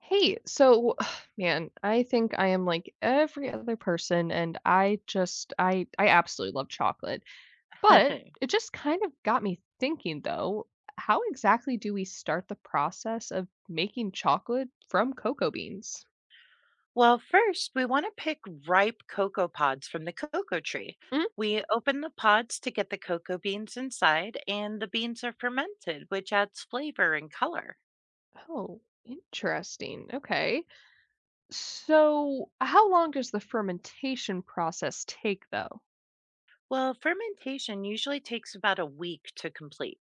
Hey, so man, I think I am like every other person and I just I absolutely love chocolate. But it just kind of got me thinking though, how exactly do we start the process of making chocolate from cocoa beans? Well, first, we want to pick ripe cocoa pods from the cocoa tree. Mm. We open the pods to get the cocoa beans inside, and the beans are fermented, which adds flavor and color. Oh, interesting. Okay. So, how long does the fermentation process take though? Well, fermentation usually takes about a week to complete.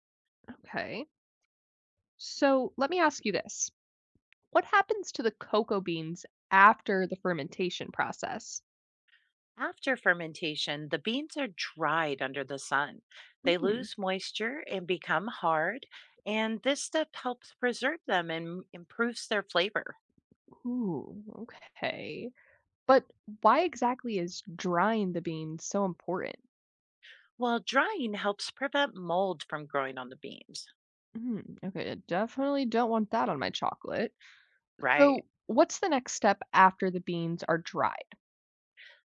Okay. So, let me ask you this. What happens to the cocoa beans after the fermentation process? After fermentation, the beans are dried under the sun. They Mm. lose moisture and become hard, and this step helps preserve them and improves their flavor. Ooh, okay. But why exactly is drying the beans so important? While drying helps prevent mold from growing on the beans. Mm, okay, I definitely don't want that on my chocolate. Right. So, what's the next step after the beans are dried?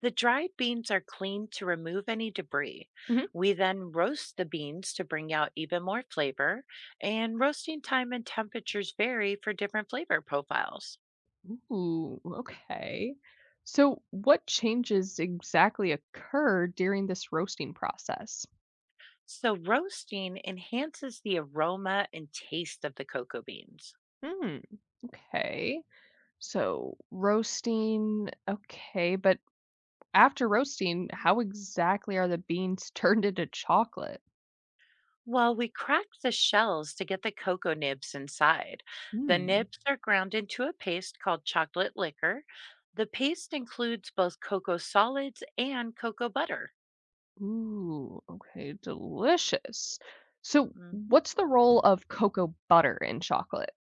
The dried beans are cleaned to remove any debris. Mhm. We then roast the beans to bring out even more flavor, and roasting time and temperatures vary for different flavor profiles. Ooh, okay. So, what changes exactly occur during this roasting process? So, roasting enhances the aroma and taste of the cocoa beans. Hmm, okay. So, roasting, okay, but after roasting, how exactly are the beans turned into chocolate? While we crack the shells to get the cocoa nibs inside, the Hmm. nibs are ground into a paste called chocolate liquor. The paste includes both cocoa solids and cocoa butter. Ooh, okay, delicious. So, Mhm. what's the role of cocoa butter in chocolate?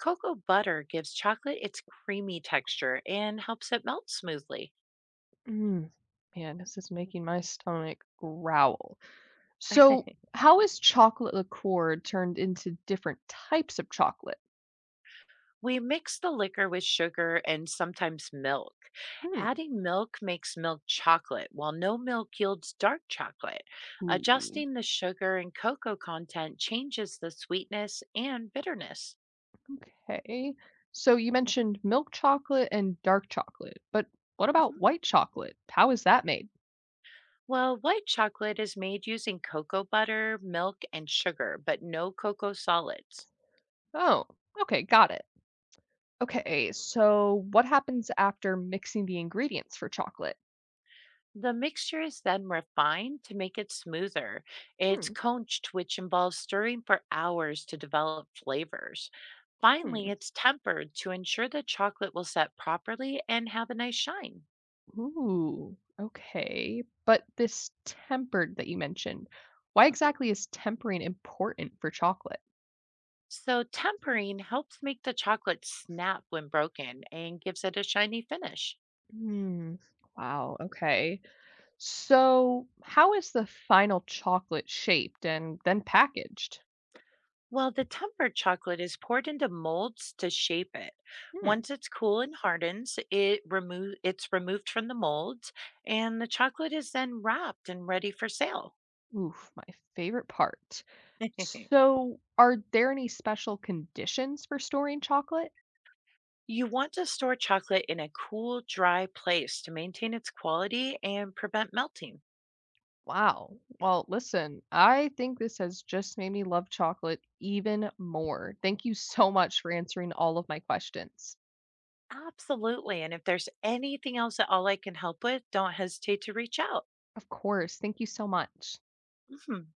Cocoa butter gives chocolate its creamy texture and helps it melt smoothly. Mm, man, this is making my stomach growl. So, how is chocolate liqueur turned into different types of chocolate? We mix the liquor with sugar and sometimes milk. Hmm. Adding milk makes milk chocolate, while no milk yields dark chocolate. Ooh, Adjusting the sugar and cocoa content changes the sweetness and bitterness. okay. So, you mentioned milk chocolate and dark chocolate, but what about Mhm. white chocolate? How is that made? Well, white chocolate is made using cocoa butter, milk, and sugar, but no cocoa solids. Oh, okay, got it. Okay, so what happens after mixing the ingredients for chocolate? The mixture is then refined to make it smoother. It's Hmm. conched, which involves stirring for hours to develop flavors. Finally, Hmm. it's tempered to ensure the chocolate will set properly and have a nice shine. Ooh, okay. But this tempered that you mentioned, why hmm exactly is tempering important for chocolate? So, tempering helps make the chocolate snap when broken and gives it a shiny finish. Hmm. Wow, okay. So how is the final chocolate shaped and then packaged? Well, the tempered chocolate is poured into molds to shape it. Hmm. Once it's cool and hardens, it's removed from the molds and the chocolate is then wrapped and ready for sale. Oof, my favorite part. So are there any special conditions for storing chocolate? You want to store chocolate in a cool, dry place to maintain its quality and prevent melting. Wow. Well, listen, I think this has just made me love chocolate even more. Thank you so much for answering all of my questions. Absolutely. And if there's anything else at all I can help with, don't hesitate to reach out. Of course. Thank you so much. Mhm.